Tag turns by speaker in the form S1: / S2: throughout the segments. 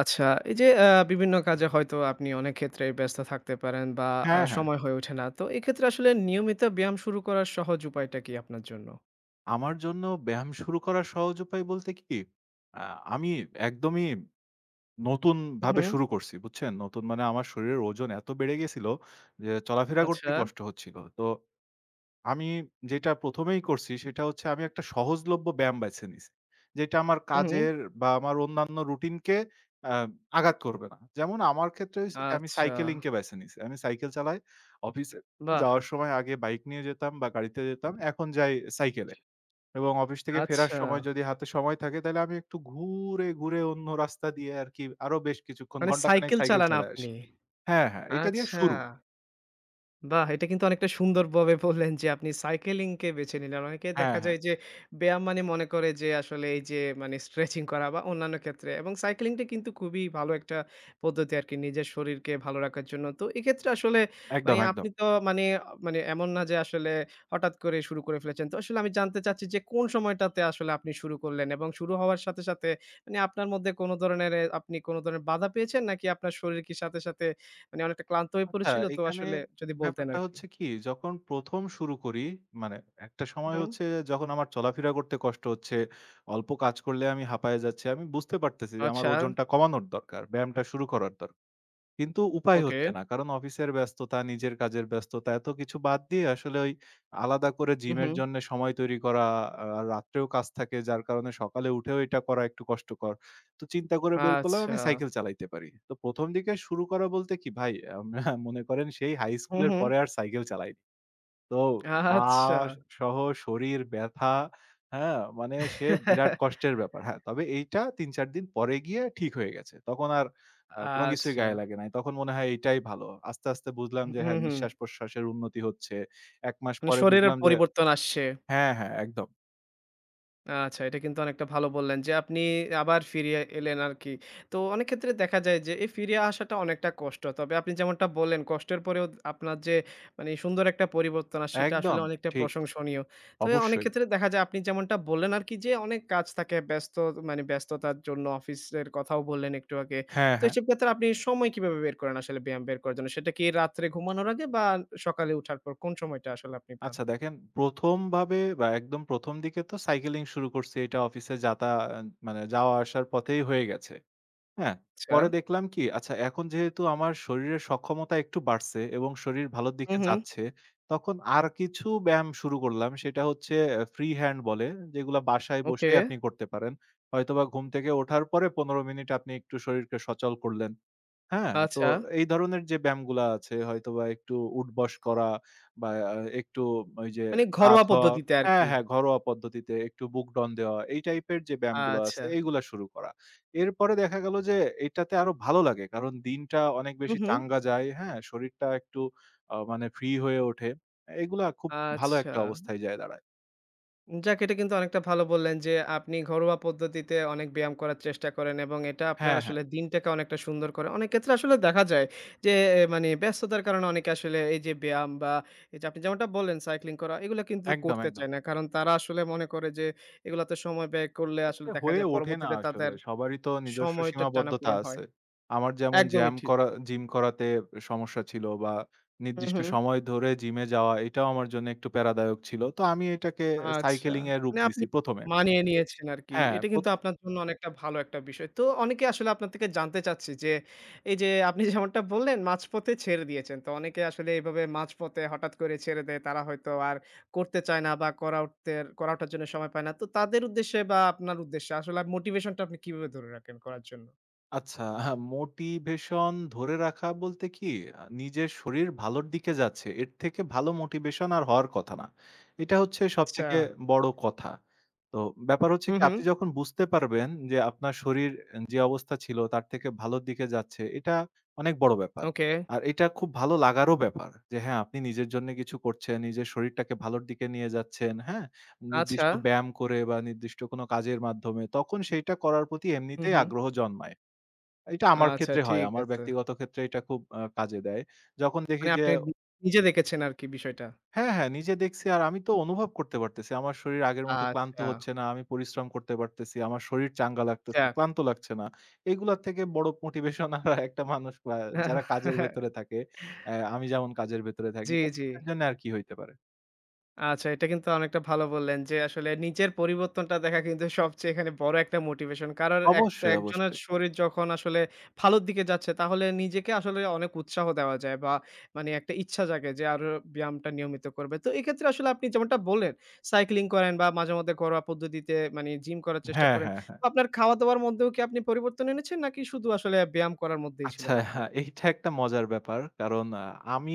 S1: আচ্ছা, এই যে বিভিন্ন কাজে হয়তো আপনি অনেক ক্ষেত্রেই ব্যস্ত থাকতে পারেন বা
S2: হ্যাঁ, হ্যাঁ।
S1: সময় হয়ে ওঠে না। তো এক্ষেত্রে আসলে নিয়মিত ব্যায়াম শুরু করার সহজ উপায়টা কি আপনার জন্য?
S2: আমার জন্য ব্যায়াম শুরু করার সহজ উপায় বলতে কি, আ আমি একদমই
S1: হু,
S2: নতুনভাবে
S1: হু।
S2: শুরু করছি, বুঝছেন? নতুন মানে আমার শরীরের ওজন এত বেড়ে গেছিল যে চলাফেরা
S1: আচ্ছা।
S2: করতেই কষ্ট হচ্ছিল। তো আমি যেটা প্রথম এই করছি সেটা হচ্ছে আমি একটা সহজলভ্য ব্যায়াম বেছে নিছি। যেটা আমার
S1: হু, হু।
S2: কাজের বা আমার অন্যান্য রুটিনকে আ আঘাত করবে না। যেমন আমার ক্ষেত্রে হইছে কি আমি
S1: আচ্ছা।
S2: সাইকেলিংকে বেছে নিছি। আমি সাইকেল চালাই। অফিসে
S1: বাহ!
S2: যাওয়ার সময় আগে বাইক নিয়ে যেতাম বা গাড়িতে যেতাম। এখন যাই সাইকেলে। এবং অফিস থেকে ফেরার
S1: আচ্ছা।
S2: সময় যদি হাতে সময় থাকে তাহলে আমি একটু ঘুরে, ঘুরে অন্য রাস্তা দিয়ে আরকি আরো বেশ কিছুক্ষণ
S1: মানে
S2: ঘন্টাখানেক
S1: সাইকেল
S2: সাইকেল
S1: চালান
S2: চালায়
S1: আপনি।
S2: আসি। হ্যাঁ, হ্যাঁ, এটা দিয়ে
S1: আচ্ছা।
S2: শুরু।
S1: বাহ! এটা কিন্তু অনেকটা সুন্দরভাবে বললেন যে আপনি সাইকেলিংকে বেছে নিলেন। অনেকে
S2: হ্যাঁ,
S1: দেখা
S2: হ্যাঁ,
S1: যায় যে ব্যায়াম মানে মনে করে যে আসলে এই যে মানে স্ট্রেচিং করা বা অন্যান্য ক্ষেত্রে এবং সাইকেলিংটা কিন্তু খুবই ভালো একটা পদ্ধতি আরকি নিজের শরীরকে ভালো রাখার জন্য। তো এক্ষেত্রে আসলে মানে
S2: একদম,
S1: আপনি
S2: একদম।
S1: তো মানে, মানে এমন না যে আসলে হঠাৎ করে শুরু করে ফেলেছেন। তো আসলে আমি জানতে চাচ্ছি যে কোন সময়টাতে আসলে আপনি শুরু করলেন এবং শুরু হওয়ার সাথে, সাথে মানে আপনার মধ্যে কোন ধরনের আপনি কোন ধরনের বাধা পেয়েছেন নাকি আপনার শরীর কি সাথে, সাথে মানে অনেকটা ক্লান্ত হয়ে
S2: আচ্ছা
S1: পড়েছিল তো
S2: এখানে
S1: আসলে যদি বলতেন
S2: ব্যাপারটা
S1: আরকি।
S2: হচ্ছে কি যখন প্রথম শুরু করি মানে একটা সময়
S1: হুম।
S2: হচ্ছে যখন আমার চলাফেরা করতে কষ্ট হচ্ছে, অল্প কাজ করলে আমি হাঁপায়ে যাচ্ছি। আমি বুঝতে পারতেছি যে আমার
S1: আচ্ছা,
S2: ওজনটা কমানোর দরকার। ব্যায়ামটা শুরু করার দরকার। কিন্তু উপায়
S1: ওকে।
S2: হচ্ছে না। কারণ অফিসের ব্যস্ততা, নিজের কাজের ব্যস্ততা এত কিছু বাদ দিয়ে আসলে ওই আলাদা করে
S1: হু,
S2: জিমের
S1: হুম।
S2: জন্য সময় তৈরি করা, আ রাত্রেও কাজ থাকে যার কারণে সকালে উঠেও এটা করা একটু কষ্টকর। তো চিন্তা করে বের করলাম
S1: আচ্ছা।
S2: আমি সাইকেল চালাইতে পারি। তো প্রথম দিকে শুরু করা বলতে কি ভাই আম মনে করেন সেই হাই
S1: হু,
S2: স্কুলের
S1: হুম।
S2: পরে আর সাইকেল চালাইনি। তো পা
S1: আচ্ছা।
S2: সহ শরীর ব্যথা, হ্যাঁ? মানে সে বিরাট কষ্টের ব্যাপার। হ্যাঁ, তবে এইটা ৩-৪ দিন পরে গিয়ে ঠিক হয়ে গেছে। তখন আর কোনো কিছুই
S1: আচ্ছা।
S2: গায়ে লাগে নাই। তখন মনে হয় এইটাই ভালো। আস্তে, আস্তে বুঝলাম যে
S1: হু,
S2: হ্যাঁ,
S1: হুম।
S2: নিঃশ্বাস-প্রশ্বাসের উন্নতি হচ্ছে। ১ মাস
S1: মানে
S2: পরে
S1: শরীরের
S2: বুঝলাম যে
S1: পরিবর্তন আসছে।
S2: হ্যাঁ, হ্যাঁ, একদম,
S1: আচ্ছা, এটা কিন্তু অনেকটা ভালো বললেন যে আপনি আবার ফিরিয়ে এলেন আরকি। তো অনেক ক্ষেত্রে দেখা যায় যে এই ফিরে আসাটা অনেকটা কষ্ট। তবে আপনি যেমনটা বললেন কষ্টের পরেও আপনার যে মানে সুন্দর একটা পরিবর্তন আর সেটা আসলে
S2: একদম
S1: অনেকটা
S2: ঠিক।
S1: প্রশংসনীয়। তো অনেক
S2: অবশ্যই।
S1: ক্ষেত্রে দেখা যায় আপনি যেমনটা বললেন আরকি যে অনেক কাজ থাকে ব্যস্ত মানে ব্যস্ততার জন্য অফিসের কথাও বললেন একটু আগে।
S2: হ্যাঁ,
S1: তো
S2: হ্যাঁ।
S1: এসব ক্ষেত্রে আপনি সময় কিভাবে বের করেন আসলে ব্যায়াম বের করার জন্য? সেটা কি রাত্রে ঘুমানোর আগে বা সকালে উঠার পর কোন সময়টা আসলে আপনি পান?
S2: আচ্ছা দেখেন প্রথম ভাবে বা একদম প্রথম দিকে তো সাইকেলিং শুরু করছি। এটা অফিসে মানে যাওয়া আসার পথেই হয়ে গেছে। হ্যাঁ,
S1: আচ্ছা।
S2: পরে দেখলাম কি আচ্ছা এখন যেহেতু আমার শরীরের সক্ষমতা একটু বাড়ছে এবং শরীর ভালোর
S1: হু,
S2: দিকে
S1: হু।
S2: যাচ্ছে, তখন আর কিছু ব্যায়াম শুরু করলাম। সেটা হচ্ছে ফ্রি হ্যান্ড বলে, যেগুলা বাসায়
S1: ওকে।
S2: বসেই আপনি করতে পারেন। হয়তোবা ঘুম থেকে ওঠার পরে ১৫ মিনিট আপনি একটু শরীরকে সচল করলেন। হ্যাঁ, তো
S1: আচ্ছা।
S2: এই ধরনের যে ব্যায়ামগুলা আছে হয়তোবা একটু উঠবস করা বা একটু ওই যে
S1: মানে
S2: কাত
S1: ঘরোয়া
S2: হওয়া
S1: পদ্ধতিতে
S2: হ্যাঁ,
S1: আরকি।
S2: হ্যাঁ, ঘরোয়া পদ্ধতিতে একটু বুক ডন দেওয়া এই টাইপের যে ব্যায়ামগুলো
S1: আচ্ছা।
S2: আছে এইগুলা শুরু করা। এরপরে দেখা গেল যে এটাতে আরো ভালো লাগে। কারণ দিনটা অনেক
S1: হু,
S2: বেশি
S1: হু।
S2: চাঙ্গা যায়, হ্যাঁ? শরীরটা একটু মানে ফ্রি হয়ে ওঠে। এগুলা খুব ভালো
S1: আচ্ছা।
S2: একটা অবস্থায় যায় দাঁড়ায়।
S1: যাক এটা কিন্তু অনেকটা ভালো বললেন যে, আপনি ঘরোয়া পদ্ধতিতে অনেক ব্যায়াম করার চেষ্টা করেন এবং এটা আপনার
S2: হ্যাঁ, হ্যাঁ,
S1: আসলে দিনটাকে অনেকটা সুন্দর করে। অনেক ক্ষেত্রে আসলে দেখা যায় যে, এ মানে ব্যস্ততার কারণে অনেকে আসলে এই যে ব্যায়াম বা এই যে আপনি যেমনটা বললেন সাইক্লিং করা, এগুলা কিন্তু
S2: একদম,
S1: করতে
S2: একদম।
S1: চায় না। কারণ তারা আসলে মনে করে যে, এগুলাতে সময় ব্যয় করলে আসলে
S2: ক্ষেত্রে
S1: দেখা
S2: হয়ে
S1: যায়
S2: ওঠে না
S1: পরবর্তীতে তাদের
S2: আসলে। সবারই তো নিজস্ব
S1: সময়টা
S2: সীমাবদ্ধতা
S1: টানাপূরণ হয়।
S2: আছে। আমার যেমন
S1: একদমই
S2: জ্যাম
S1: ঠিক।
S2: করা জিম করাতে সমস্যা ছিল বা
S1: হু,
S2: নির্দিষ্ট
S1: হু।
S2: সময় ধরে জিমে যাওয়া এটাও আমার জন্য একটু প্যারাদায়ক ছিল। তো আমি এটাকে
S1: আচ্ছা।
S2: সাইকেলিং এর রূপ
S1: মানে আপনি
S2: দিছি প্রথমে।
S1: মানিয়ে নিয়েছেন আরকি।
S2: হ্যাঁ,
S1: এটা কিন্তু
S2: প্রথম
S1: আপনার জন্য অনেকটা ভালো একটা বিষয়। তো অনেকে আসলে আপনার থেকে জানতে চাচ্ছে যে, এই যে আপনি যেমনটা বললেন মাঝপথে ছেড়ে দিয়েছেন। তো অনেকে আসলে এভাবে মাঝপথে হঠাৎ করে ছেড়ে দেয়। তারা হয়তো আর করতে চায় না বা করা ওঠার জন্য সময় পায় না। তো তাদের উদ্দেশ্যে বা আপনার উদ্দেশ্যে আসলে মোটিভেশনটা আপনি কিভাবে ধরে রাখেন করার জন্য?
S2: আচ্ছা, মোটিভেশন ধরে রাখা বলতে কি নিজের শরীর ভালোর দিকে যাচ্ছে। এর থেকে ভালো মোটিভেশন আর হওয়ার কথা না। এটা হচ্ছে
S1: আচ্ছা।
S2: সবথেকে বড় কথা। তো ব্যাপার হচ্ছে
S1: হু,
S2: কি
S1: হু।
S2: আপনি যখন বুঝতে পারবেন যে আপনার শরীর যে অবস্থা ছিল তার থেকে ভালোর দিকে যাচ্ছে এটা অনেক বড় ব্যাপার।
S1: ওকে।
S2: আর এটা খুব ভালো লাগারও ব্যাপার যে হ্যাঁ, আপনি নিজের জন্য কিছু করছেন, নিজের শরীরটাকে ভালোর দিকে নিয়ে যাচ্ছেন, হ্যাঁ?
S1: আচ্ছা।
S2: নির্দিষ্ট ব্যায়াম করে বা নির্দিষ্ট কোনো কাজের মাধ্যমে তখন সেইটা করার প্রতি
S1: হু,
S2: এমনিতেই
S1: হু।
S2: আগ্রহ জন্মায়। এটা আমার
S1: আচ্ছা
S2: ক্ষেত্রে হয়।
S1: ঠিক
S2: আমার
S1: আছে।
S2: ব্যক্তিগত ক্ষেত্রে এটা খুব কাজে দেয়। যখন দেখি
S1: মানে
S2: যে
S1: আপনি নিজে দেখেছেন আরকি বিষয়টা।
S2: হ্যাঁ, হ্যাঁ, নিজে দেখছি আর আমি তো অনুভব করতে পারতেছি। আমার শরীর আগের মতো ক্লান্ত
S1: আচ্ছা।
S2: হচ্ছে না। আমি পরিশ্রম করতে পারতেছি। আমার শরীর চাঙ্গা লাগতেছে,
S1: যাক।
S2: ক্লান্ত লাগছে না। এগুলার থেকে বড় মোটিভেশন আর একটা মানুষ যারা কাজের ভেতরে থাকে, আমি যেমন কাজের ভেতরে থাকি।
S1: জি,
S2: তো
S1: জি।
S2: এর জন্য আর কি হইতে পারে?
S1: আচ্ছা এটা কিন্তু অনেকটা ভালো বললেন যে আসলে নিজের পরিবর্তনটা দেখা কিন্তু সবচেয়ে এখানে বড় একটা মোটিভেশন। কারণ একটা
S2: অবশ্যই,
S1: একজনের
S2: অবশ্যই।
S1: শরীর যখন আসলে ভালোর দিকে যাচ্ছে তাহলে নিজেকে আসলে অনেক উৎসাহ দেওয়া যায় বা মানে একটা ইচ্ছা জাগে যে আরো ব্যায়ামটা নিয়মিত করবে। তো এক্ষেত্রে আসলে আপনি যেমনটা বললেন সাইক্লিং করেন বা মাঝেমধ্যে ঘরোয়া পদ্ধতিতে মানে জিম করার চেষ্টা
S2: হ্যাঁ,
S1: করেন।
S2: হ্যাঁ, হ্যাঁ।
S1: তো আপনার খাওয়া-দাওয়ার মধ্যেও কি আপনি পরিবর্তন এনেছেন নাকি শুধু আসলে ব্যায়াম করার মধ্যেই
S2: আচ্ছা,
S1: ছিলেন আপনি?
S2: হ্যাঁ, এইটা একটা মজার ব্যাপার। কারণ আমি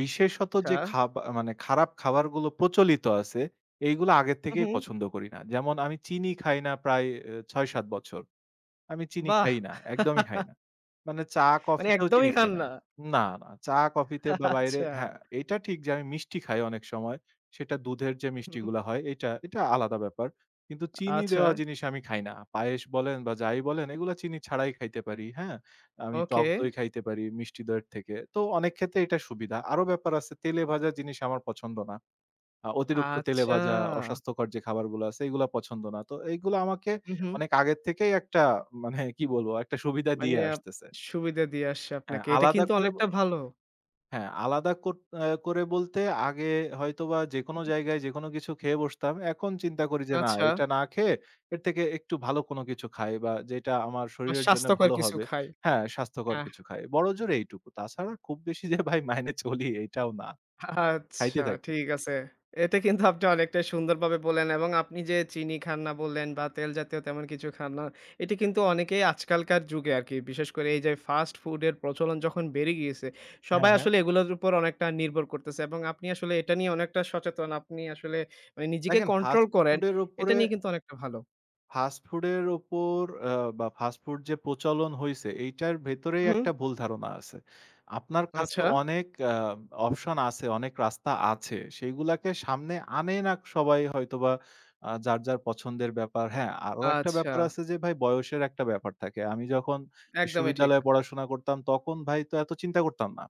S2: বিশেষত যে
S1: আচ্ছা।
S2: মানে খারাপ খাবারগুলো প্রচলিত আছে, এইগুলো আগের
S1: হু,
S2: থেকেই
S1: হু।
S2: পছন্দ করি না। যেমন আমি চিনি খাই না প্রায় ৬-৭ বছর। আমি চিনি
S1: বাহ!
S2: খাই না। একদমই খাই না। মানে চা
S1: মানে
S2: কফিতেও চিনি
S1: একদমই
S2: খাই
S1: খান
S2: না।
S1: না।
S2: না, না। চা কফিতে বা বাইরে
S1: আচ্ছা।
S2: হ্যাঁ, এটা ঠিক যে আমি মিষ্টি খাই অনেক সময়। সেটা দুধের যে
S1: হুম।
S2: মিষ্টিগুলা হয় এটা আলাদা ব্যাপার। কিন্তু চিনি
S1: আচ্ছা,
S2: দেওয়া জিনিস আমি খাই না। পায়েস বলেন বা যাই বলেন এগুলা চিনি ছাড়াই খাইতে পারি, হ্যাঁ? আমি
S1: ওকে।
S2: টক দই খাইতে পারি মিষ্টি দইয়ের থেকে। তো অনেক ক্ষেত্রে এটা সুবিধা। আরো ব্যাপার আছে তেলে ভাজা জিনিস আমার পছন্দ না। অতিরিক্ত তেলে
S1: আচ্ছা।
S2: ভাজা, অস্বাস্থ্যকর যে খাবারগুলো আছে এগুলা পছন্দ না। তো এইগুলো আমাকে
S1: হু, হুম।
S2: অনেক আগের থেকেই একটা মানে কি বলবো একটা সুবিধা
S1: মানে
S2: দিয়ে আসতেছে।
S1: সুবিধা দিয়ে আসছে
S2: হ্যাঁ,
S1: আপনাকে। এটা
S2: আলাদা
S1: কিন্তু
S2: করে ব
S1: অনেকটা ভালো।
S2: হ্যাঁ, আলাদা কর আ করে বলতে আগে হয়তোবা যেকোনো জায়গায় যেকোনো কিছু খেয়ে বসতাম। এখন চিন্তা করি যে না
S1: আচ্ছা,
S2: এটা না খেয়ে এর থেকে একটু ভালো কোনো কিছু খাই বা যেটা আমার
S1: বা
S2: শরীরের জন্য
S1: স্বাস্থ্যকর
S2: ভালো
S1: কিছু
S2: হবে।
S1: খাই।
S2: হ্যাঁ, স্বাস্থ্যকর
S1: হ্যাঁ।
S2: কিছু খাই। বড়জোর এইটুকু। তাছাড়া খুব বেশি যে ভাই মাইনে চলি এইটাও না।
S1: আচ্ছা
S2: খাইতে থাকি।
S1: ঠিক আছে। এটা কিন্তু আপনি অনেকটাই সুন্দরভাবে বললেন এবং আপনি যে চিনি খান না বললেন বা তেল জাতীয় তেমন কিছু খান না, এটি কিন্তু অনেকেই আজকালকার যুগে আরকি বিশেষ করে এই যে ফাস্ট ফুডের প্রচলন যখন বেড়ে গিয়েছে, সবাই
S2: হ্যাঁ, হ্যাঁ।
S1: আসলে এগুলোর উপর অনেকটা নির্ভর করতেছে এবং আপনি আসলে এটা নিয়ে অনেকটা সচেতন। আপনি আসলে মানে নিজেকে
S2: দেখেন
S1: কন্ট্রোল করেন, এটা নিয়ে কিন্তু অনেকটা ভালো।
S2: ফাস্ট ফুডের ওপর আ বা ফাস্ট ফুড যে প্রচলন হইছে, এইটার ভেতরেই
S1: হুম,
S2: একটা ভুল ধারণা আছে। আপনার কাছে
S1: আচ্ছা,
S2: অনেক অপশন আছে, অনেক রাস্তা আছে। সেইগুলাকে সামনে আনে না সবাই হয়তোবা যার, যার পছন্দের ব্যাপার। হ্যাঁ, আরো একটা
S1: আচ্ছা।
S2: ব্যাপার আছে যে ভাই বয়সের একটা ব্যাপার থাকে। আমি যখন
S1: একদমই ঠিক।
S2: বিশ্ববিদ্যালয়ে পড়াশোনা করতাম তখন ভাই তো এত চিন্তা করতাম না।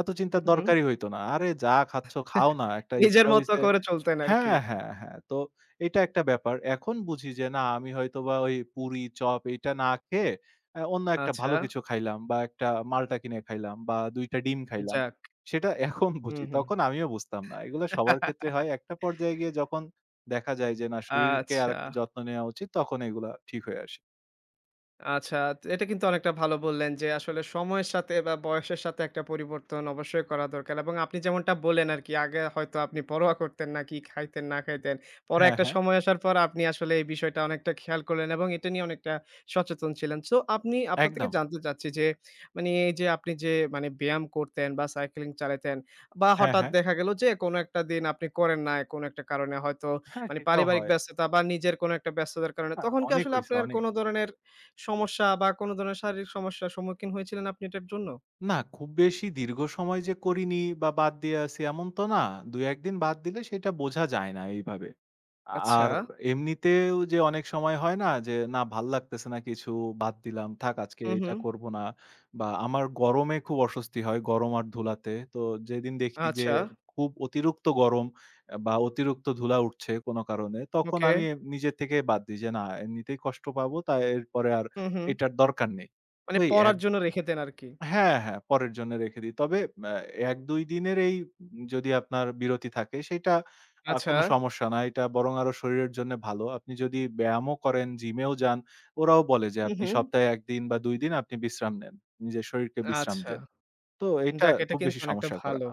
S2: এত চিন্তার
S1: হুম, হুম।
S2: দরকারই হইতো না। আরে যা খাচ্ছ খাও না। একটা
S1: নিজের
S2: ইচ্ছা
S1: মতো
S2: হইছে
S1: করে চলতেন আরকি।
S2: হ্যাঁ, হ্যাঁ, হ্যাঁ। তো এটা একটা ব্যাপার। এখন বুঝি যে না আমি হয়তোবা ওই পুরি, চপ এইটা না খেয়ে অন্য একটা
S1: আচ্ছা,
S2: ভালো কিছু খাইলাম বা একটা মাল্টা কিনে খাইলাম বা ২ টা ডিম খাইলাম।
S1: যাক।
S2: সেটা এখন
S1: হুম,
S2: বুঝি।
S1: হুম।
S2: তখন আমিও বুঝতাম না। এগুলা সবার ক্ষেত্রে হয়। একটা পর্যায়ে গিয়ে যখন দেখা যায় যে না শরীরকে
S1: আচ্ছা।
S2: আরেকটা যত্ন নেওয়া উচিত তখন এগুলা ঠিক হয়ে আসে।
S1: আচ্ছা, তো এটা কিন্তু অনেকটা ভালো বললেন যে আসলে সময়ের সাথে বা বয়সের সাথে একটা পরিবর্তন অবশ্যই করা দরকার এবং আপনি যেমনটা বললেন আরকি আগে হয়তো আপনি পরোয়া করতেন না, কি খাইতেন না খাইতেন। পরে
S2: হ্যাঁ,
S1: একটা
S2: হ্যাঁ।
S1: সময় আসার পর আপনি আসলে এই বিষয়টা অনেকটা খেয়াল করলেন এবং এটা নিয়ে অনেকটা সচেতন ছিলেন। সো আপনি আপনার থেকে
S2: একদম।
S1: জানতে চাচ্ছি যে মানে এই যে আপনি যে মানে ব্যায়াম করতেন বা সাইক্লিং চালাতেন বা
S2: হ্যাঁ,
S1: হঠাৎ
S2: হ্যাঁ।
S1: দেখা গেল যে কোনো একটা দিন আপনি করেন নাই কোনো একটা কারণে হয়তো
S2: হ্যাঁ,
S1: মানে
S2: সেটাও
S1: পারিবারিক
S2: হয়।
S1: ব্যস্ততা বা নিজের কোনো একটা ব্যস্ততার কারণে
S2: হ্যাঁ,
S1: তখন কি
S2: অনেক
S1: আসলে
S2: হইছে
S1: আপনার
S2: অনেক।
S1: কোনো ধরনের সমস্যা বা কোনো ধরনের শারীরিক সমস্যার সম্মুখীন হয়েছিলেন আপনি এটার জন্য?
S2: না, খুব বেশি দীর্ঘ সময় যে করিনি বা বাদ দিয়ে আছি এমন তো না। ২-১ দিন বাদ দিলে সেটা বোঝা যায় না এইভাবে।
S1: আচ্ছা।
S2: আর এমনিতেও যে অনেক সময় হয় না যে, না ভাল লাগতেছে না কিছু, বাদ দিলাম। থাক আজকে
S1: হুম,
S2: এটা
S1: হুম।
S2: করব না। বা আমার গরমে খুব অস্বস্তি হয়, গরম আর ধুলাতে। তো যেদিন দেখি যে
S1: আচ্ছা,
S2: খুব অতিরিক্ত গরম বা অতিরিক্ত ধুলা উঠছে কোনো কারণে, তখন
S1: ওকে।
S2: আমি নিজের থেকেই বাদ দিই যে, না এমনিতেই কষ্ট পাবো তাই এরপরে আর
S1: হুম, হুম।
S2: এটার দরকার নেই। তো
S1: মানে
S2: এই
S1: পড়ার
S2: এক
S1: জন্য রেখে দেন আরকি।
S2: হ্যাঁ, হ্যাঁ, পরের জন্য রেখে দিই। তবে আ ১-২ দিনের এই যদি আপনার বিরতি থাকে সেইটা
S1: আচ্ছা।
S2: কোনো সমস্যা না। এটা বরং আরো শরীরের জন্য ভালো। আপনি যদি ব্যায়ামও করেন, জিমেও যান, ওরাও বলে যে
S1: হুম,
S2: আপনি
S1: হুম।
S2: সপ্তাহে ১ দিন বা ২ দিন আপনি বিশ্রাম নেন। নিজের শরীরকে বিশ্রাম
S1: আচ্ছা।
S2: দেন। তো এটা
S1: যাক এটা
S2: খুব
S1: কিন্তু
S2: বেশি
S1: অনেকটা
S2: সমস্যা করে
S1: ভালো।
S2: না।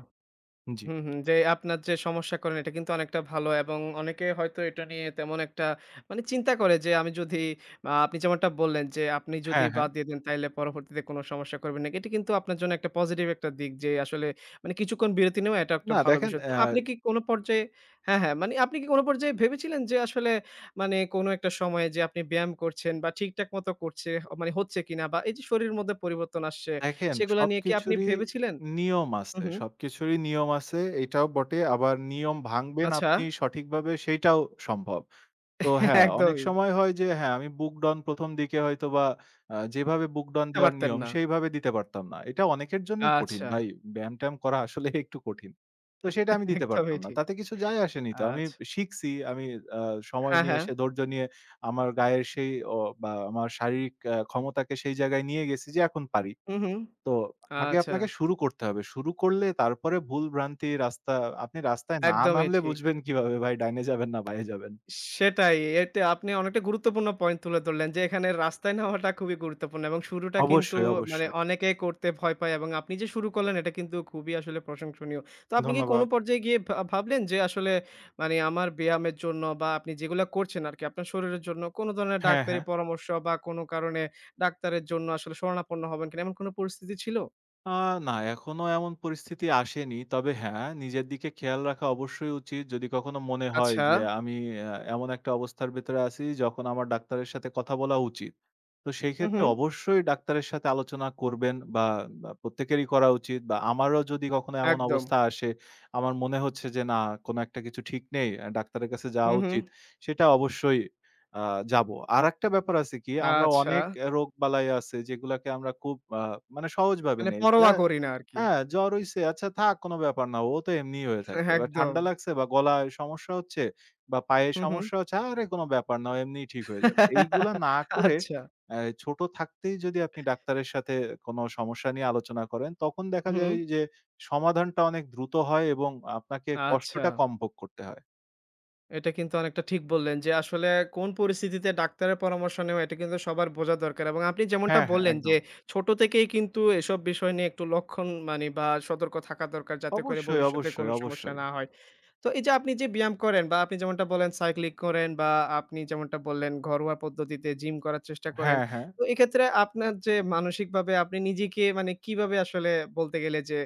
S2: জি।
S1: হুম, হুম। যে আপনার যে সমস্যা করেন এটা কিন্তু অনেকটা ভালো এবং অনেকে হয়তো এটা নিয়ে তেমন একটা মানে চিন্তা করে যে আমি যদি আপনি যেমনটা বললেন যে আপনি যদি
S2: হ্যাঁ, হ্যাঁ।
S1: বাদ দিয়ে দেন তাইলে পরবর্তীতে কোনো সমস্যা করবেন না। এটা কিন্তু আপনার জন্য একটা পজিটিভ একটা দিক যে আসলে মানে কিছুক্ষণ বিরতি নেওয়া এটা একটা
S2: না
S1: ভালো
S2: দেখেন
S1: বিষয়। তো
S2: অ্যা
S1: আপনি কি কোনো পর্যায়ে হ্যাঁ, হ্যাঁ, মানে আপনি কি কোনো পর্যায়ে ভেবেছিলেন যে আসলে মানে কোনো একটা সময়ে যে আপনি ব্যায়াম করছেন বা ঠিকঠাক মতো করছে মানে হচ্ছে কিনা বা এই যে শরীরের মধ্যে পরিবর্তন আসছে
S2: দেখেন
S1: সেগুলা নিয়ে কি আপনি
S2: সবকিছুরই
S1: ভেবেছিলেন?
S2: নিয়ম
S1: হুম,
S2: আছে।
S1: হুম।
S2: সবকিছুরই নিয়ম আছে এটাও বটে। আবার নিয়ম ভাঙবেন
S1: আচ্ছা।
S2: আপনি সঠিকভাবে সেইটাও সম্ভব। তো হ্যাঁ, অনেক
S1: একদমই।
S2: সময় হয় যে হ্যাঁ, আমি বুক ডন প্রথম দিকে হয়তোবা যেভাবে বুক ডন
S1: করতে
S2: দেওয়ার
S1: পারতেন
S2: নিয়ম
S1: না।
S2: সেইভাবে দিতে পারতাম না। এটা অনেকের জন্যই কঠিন
S1: আচ্ছা।
S2: ভাই। ব্যায়াম-ট্যায়াম করা আসলে একটু কঠিন। তো সেটা আমি দিতে
S1: একদমই
S2: পারতাম না।
S1: ঠিক।
S2: তাতে কিছু যায় আসেনি তো। আমি
S1: আচ্ছা।
S2: শিখছি। আমি আ সময়
S1: হ্যাঁ,
S2: নিয়ে
S1: হ্যাঁ।
S2: এসে ধৈর্য নিয়ে আমার গায়ের সেই অ বা আমার শারীরিক ক্ষমতাকে সেই জায়গায় নিয়ে গেছি যে এখন পারি।
S1: হু, হু।
S2: তো আগে
S1: আচ্ছা।
S2: আপনাকে শুরু করতে হবে। শুরু করলে তারপরে ভুল ভ্রান্তি রাস্তা আপনি রাস্তায় না
S1: একদমই
S2: নামলে
S1: ঠিক।
S2: বুঝবেন কিভাবে ভাই ডাইনে যাবেন না বাঁয়ে যাবেন?
S1: সেটাই। এতে আপনি অনেকটা গুরুত্বপূর্ণ পয়েন্ট তুলে ধরলেন যে, এখানে রাস্তায় নেওয়াটা খুবই গুরুত্বপূর্ণ এবং শুরুটা কিন্তু
S2: অবশ্যই,
S1: মানে
S2: অবশ্যই।
S1: অনেকেই করতে ভয় পায় এবং আপনি যে শুরু করলেন এটা কিন্তু খুবই আসলে প্রশংসনীয়। তো আপনি কি কোনো
S2: ধন্যবাদ।
S1: পর্যায়ে গিয়ে ভাবলেন যে আসলে মানে আমার ব্যায়ামের জন্য বা আপনি যেগুলা করছেন আরকি আপনার শরীরের জন্য কোনো ধরনের
S2: হ্যাঁ,
S1: ডাক্তারি
S2: হ্যাঁ।
S1: পরামর্শ বা কোনো কারণে ডাক্তারের জন্য আসলে শরণাপন্ন হবেন কিনা এমন কোনো পরিস্থিতি ছিল?
S2: আ না এখনো এমন পরিস্থিতি আসেনি। তবে হ্যাঁ, নিজের দিকে খেয়াল রাখা অবশ্যই উচিত। যদি কখনো মনে হয়
S1: আচ্ছা।
S2: যে আমি এমন একটা অবস্থার ভেতরে আছি যখন আমার ডাক্তারের সাথে কথা বলা উচিত। তো সেই
S1: হু, হু।
S2: ক্ষেত্রে অবশ্যই ডাক্তারের সাথে আলোচনা করবেন বা বা প্রত্যেকেরই করা উচিত বা আমারও যদি কখনো এমন
S1: একদম।
S2: অবস্থা আসে, আমার মনে হচ্ছে যে না কোনো একটা কিছু ঠিক নেই, ডাক্তারের কাছে
S1: হু,
S2: যাওয়া
S1: হু।
S2: উচিত। সেটা অবশ্যই আ যাবো। আরেকটা ব্যাপার আছে কি আমরা
S1: আচ্ছা।
S2: অনেক রোগবালাই আছে যেগুলাকে আমরা খুব মানে সহজভাবে
S1: মানে
S2: নেই। যে
S1: পরোয়া করি না আরকি।
S2: হ্যাঁ, জ্বর হইছে আচ্ছা থাক কোনো ব্যাপার না। ও তো এমনিই হয়ে থাকে। বা
S1: একদম।
S2: ঠান্ডা লাগছে বা গলায় সমস্যা হচ্ছে বা পায়ে
S1: হু, হু।
S2: সমস্যা হচ্ছে, আরে কোনো ব্যাপার না। ও এমনিই ঠিক হয়ে যাবে। এইগুলা না করে
S1: আচ্ছা।
S2: অ্যা ছোট থাকতেই যদি আপনি ডাক্তারের সাথে কোনো সমস্যা নিয়ে আলোচনা করেন, তখন দেখা
S1: হুম।
S2: যায় যে সমাধানটা অনেক দ্রুত হয় এবং আপনাকে
S1: আচ্ছা।
S2: কষ্টটা কম ভোগ করতে হয়।
S1: এটা কিন্তু অনেকটা ঠিক বললেন যে আসলে কোন পরিস্থিতিতে ডাক্তারের পরামর্শ নেওয়া এটা কিন্তু সবার বোঝা দরকার এবং আপনি যেমনটা
S2: হ্যাঁ, হ্যাঁ
S1: বললেন যে
S2: একদম।
S1: ছোট থেকেই কিন্তু এসব বিষয় নিয়ে একটু লক্ষণ মানে বা সতর্ক থাকা দরকার যাতে করে
S2: অবশ্যই,
S1: ভবিষ্যতে
S2: অবশ্যই,
S1: কোনো সমস্যা
S2: অবশ্যই।
S1: না হয় তো এই যে আপনি যে ব্যায়াম করেন বা আপনি যেমনটা বলেন সাইক্লিং করেন বা আপনি যেমনটা বললেন ঘরোয়া পদ্ধতিতে জিম করার চেষ্টা করেন
S2: হ্যাঁ, হ্যাঁ।
S1: তো এক্ষেত্রে আপনার যে মানসিকভাবে আপনি নিজেকে মানে কিভাবে আসলে বলতে গেলে যে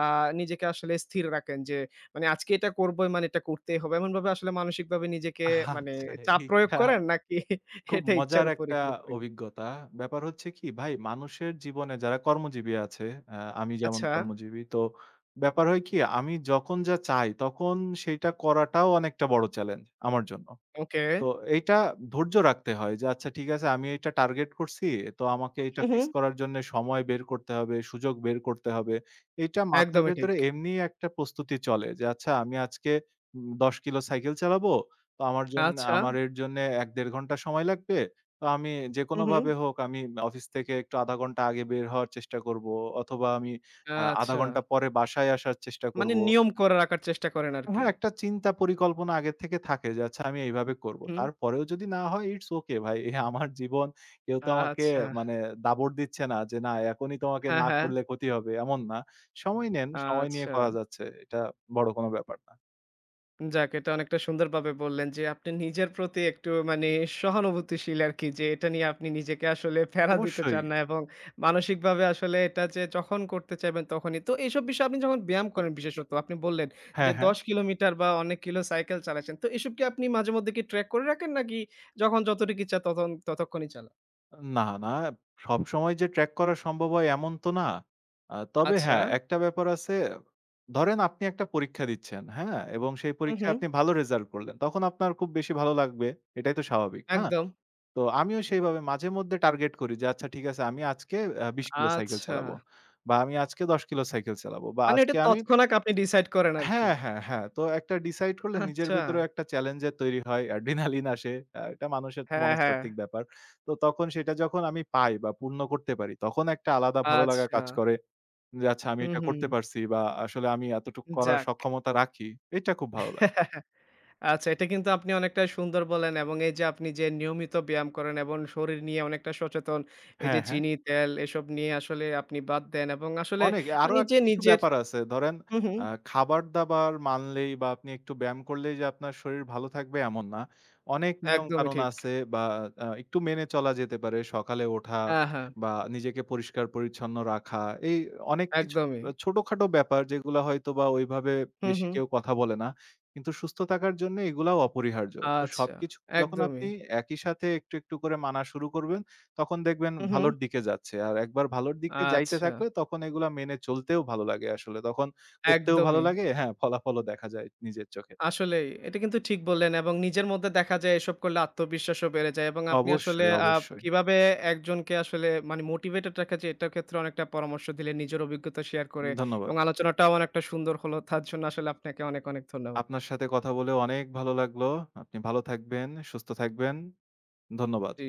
S1: আহ নিজেকে আসলে স্থির রাখেন যে মানে আজকে এটা করবই মানে এটা করতেই হবে। এমনভাবে আসলে মানসিকভাবে নিজেকে মানে
S2: আচ্ছা,
S1: চাপ প্রয়োগ
S2: এইটা
S1: করেন নাকি
S2: খুব
S1: এটা ইচ্ছার
S2: মজার
S1: উপরেই
S2: একটা
S1: পুরোপুরি?
S2: অভিজ্ঞতা। ব্যাপার হচ্ছে কি ভাই মানুষের জীবনে যারা কর্মজীবী আছে, আ আমি যেমন
S1: আচ্ছা,
S2: কর্মজীবী। তো ব্যাপার হয় কি আমি যখন যা চাই তখন সেইটা করাটাও অনেকটা বড় চ্যালেঞ্জ আমার জন্য।
S1: ওকে।
S2: তো এইটা ধৈর্য রাখতে হয় যে, আচ্ছা ঠিক আছে আমি এটা টার্গেট করছি। তো আমাকে এটা
S1: হু, হু।
S2: ফিক্স করার জন্যে সময় বের করতে হবে, সুযোগ বের করতে হবে। এইটা মাথার
S1: একদমই ঠিক।
S2: ভেতরে এমনিই একটা প্রস্তুতি চলে যে, আচ্ছা আমি আজকে ১০ কিলো সাইকেল চালাবো। তো আমার জন্য
S1: আচ্ছা।
S2: আমার এর জন্যে ১-১.৫ ঘন্টা সময় লাগবে। তো আমি
S1: হু, হু।
S2: যেকোনোভাবে হোক আমি অফিস থেকে একটু ০.৫ ঘন্টা আগে বের হওয়ার চেষ্টা করব অথবা আমি ০.৫
S1: আচ্ছা।
S2: ঘন্টা পরে বাসায় আসার চেষ্টা
S1: মানে
S2: করব।
S1: নিয়ম করে রাখার চেষ্টা করেন আরকি।
S2: হ্যাঁ, একটা চিন্তা পরিকল্পনা আগে থেকে থাকে যে আচ্ছা আমি এইভাবে করব।
S1: হুম।
S2: তারপরেও যদি না হয় ইটস ওকে ভাই। এ আমার জীবন কেউ তো আমাকে
S1: আচ্ছা।
S2: মানে দাবড় দিচ্ছে না যে না এখনই তোমাকে
S1: হ্যাঁ,
S2: না
S1: হ্যাঁ।
S2: করলে ক্ষতি হবে এমন না। সময় নেন, সময় নিয়ে
S1: আচ্ছা।
S2: করা যাচ্ছে। এটা বড় কোনো ব্যাপার না।
S1: যাক, এটা অনেকটা সুন্দরভাবে বললেন যে আপনি নিজের প্রতি একটু মানে সহানুভূতিশীল আরকি যে এটা নিয়ে আপনি নিজেকে আসলে ফেলা দিতে
S2: অবশ্যই।
S1: চান না এবং মানসিকভাবে আসলে এটা যে যখন করতে চাইবেন তখনই। তো এইসব বিষয়ে আপনি যখন ব্যায়াম করেন বিশেষত আপনি বললেন যে
S2: হ্যাঁ, হ্যাঁ।
S1: ১০ কিলোমিটার বা অনেক কিলো সাইকেল চালাচ্ছেন। তো এসব কি আপনি মাঝেমধ্যে কি ট্র্যাক করে রাখেন নাকি যখন যতটুকু ইচ্ছা ততক্ষণই চালান?
S2: না, না সবসময় যে ট্র্যাক করা সম্ভব হয় এমন তো না। তবে
S1: আচ্ছা।
S2: হ্যাঁ, একটা ব্যাপার আছে। ধরেন আপনি একটা পরীক্ষা দিচ্ছেন, হ্যাঁ? এবং সেই
S1: হু, হু।
S2: পরীক্ষায় আপনি ভালো রেজাল্ট করলেন। তখন আপনার খুব বেশি ভালো লাগবে। এটাই তো স্বাভাবিক, না?
S1: একদম।
S2: তো আমিও সেইভাবে মাঝে মধ্যে টার্গেট করি যে আচ্ছা ঠিক আছে আমি আজকে ২০ কিলো সাইকেল
S1: আচ্ছা।
S2: চালাবো বা আমি আজকে ১০ কিলো সাইকেল চালাবো বা
S1: মানে এটা
S2: আজকে আমি
S1: তৎক্ষণাৎ আপনি ডিসাইড করেন আরকি।
S2: হ্যাঁ, হ্যাঁ, হ্যাঁ। তো একটা ডিসাইড করলে নিজের
S1: আচ্ছা।
S2: ভেতরেও একটা চ্যালেঞ্জের তৈরি হয়। অ্যাড্রিনালিন আসে। এটা মানুষের তো
S1: হ্যাঁ, হ্যাঁ।
S2: মনস্তাত্ত্বিক ব্যাপার। তো তখন সেটা যখন আমি পাই বা পূর্ণ করতে পারি তখন একটা আলাদা ভালো লাগা
S1: আচ্ছা।
S2: কাজ করে যে আচ্ছা আমি
S1: হু,
S2: এটা
S1: হু।
S2: করতে পারছি বা আসলে আমি এতটুকু করার
S1: যাক।
S2: সক্ষমতা রাখি। এটা খুব ভালো লাগে।
S1: আচ্ছা এটা কিন্তু আপনি অনেকটা সুন্দর বললেন এবং এই যে আপনি যে নিয়মিত ব্যায়াম করেন এবং শরীর নিয়ে অনেকটা সচেতন। এই যে
S2: হ্যাঁ, হ্যাঁ।
S1: চিনি, তেল এসব নিয়ে আসলে আপনি বাদ দেন এবং আসলে
S2: অনেক আরো
S1: মানে
S2: এক
S1: যে
S2: কিছু
S1: নিজের
S2: ব্যাপার আছে। ধরেন
S1: হুম, হুম।
S2: খাবার-দাবার মানলেই বা আপনি একটু ব্যায়াম করলেই যে আপনার শরীর ভালো থাকবে এমন না। অনেক
S1: একদমই
S2: নিয়ম-কানুন
S1: ঠিক।
S2: আছে বা একটু মেনে চলা যেতে পারে। সকালে ওঠা
S1: হ্যাঁ, হ্যাঁ।
S2: বা নিজেকে পরিষ্কার-পরিচ্ছন্ন রাখা। এই অনেক কিছু
S1: একদমই।
S2: ছোটখাটো ব্যাপার যেগুলা হয়তোবা ওইভাবে
S1: হুম,
S2: বেশি
S1: হুম।
S2: কেউ কথা বলে না। কিন্তু সুস্থ থাকার জন্য এগুলাও অপরিহার্য। তো
S1: আচ্ছা।
S2: সবকিছু যখন
S1: একদমই।
S2: আপনি একই সাথে একটু, একটু করে মানা শুরু করবেন তখন দেখবেন
S1: হুম, হুম।
S2: ভালোর দিকে যাচ্ছে। আর একবার ভালোর দিকে যাইতে
S1: আচ্ছা।
S2: থাকলে তখন এগুলা মেনে চলতেও ভালো লাগে আসলে। তখন করতেও ভালো
S1: একদমই।
S2: লাগে হ্যাঁ, ফলাফলও দেখা যায় নিজের চোখে।
S1: আসলেই। এটা কিন্তু ঠিক বললেন এবং নিজের মধ্যে দেখা যায় এসব করলে আত্মবিশ্বাসও বেড়ে যায় এবং আপনি আসলে
S2: অবশ্যই, অবশ্যই।
S1: কিভাবে একজনকে আসলে মানে মোটিভেটেড রাখা যায় এটার ক্ষেত্রে অনেকটা পরামর্শ দিলেন নিজের অভিজ্ঞতা শেয়ার করে এবং
S2: ধন্যবাদ।
S1: আলোচনাটাও অনেকটা সুন্দর হলো। তার জন্য আসলে আপনাকে অনেক, অনেক ধন্যবাদ।
S2: আপনার সাথে কথা বলে অনেক ভালো লাগলো। আপনি ভালো থাকবেন, সুস্থ থাকবেন। ধন্যবাদ।
S1: জি।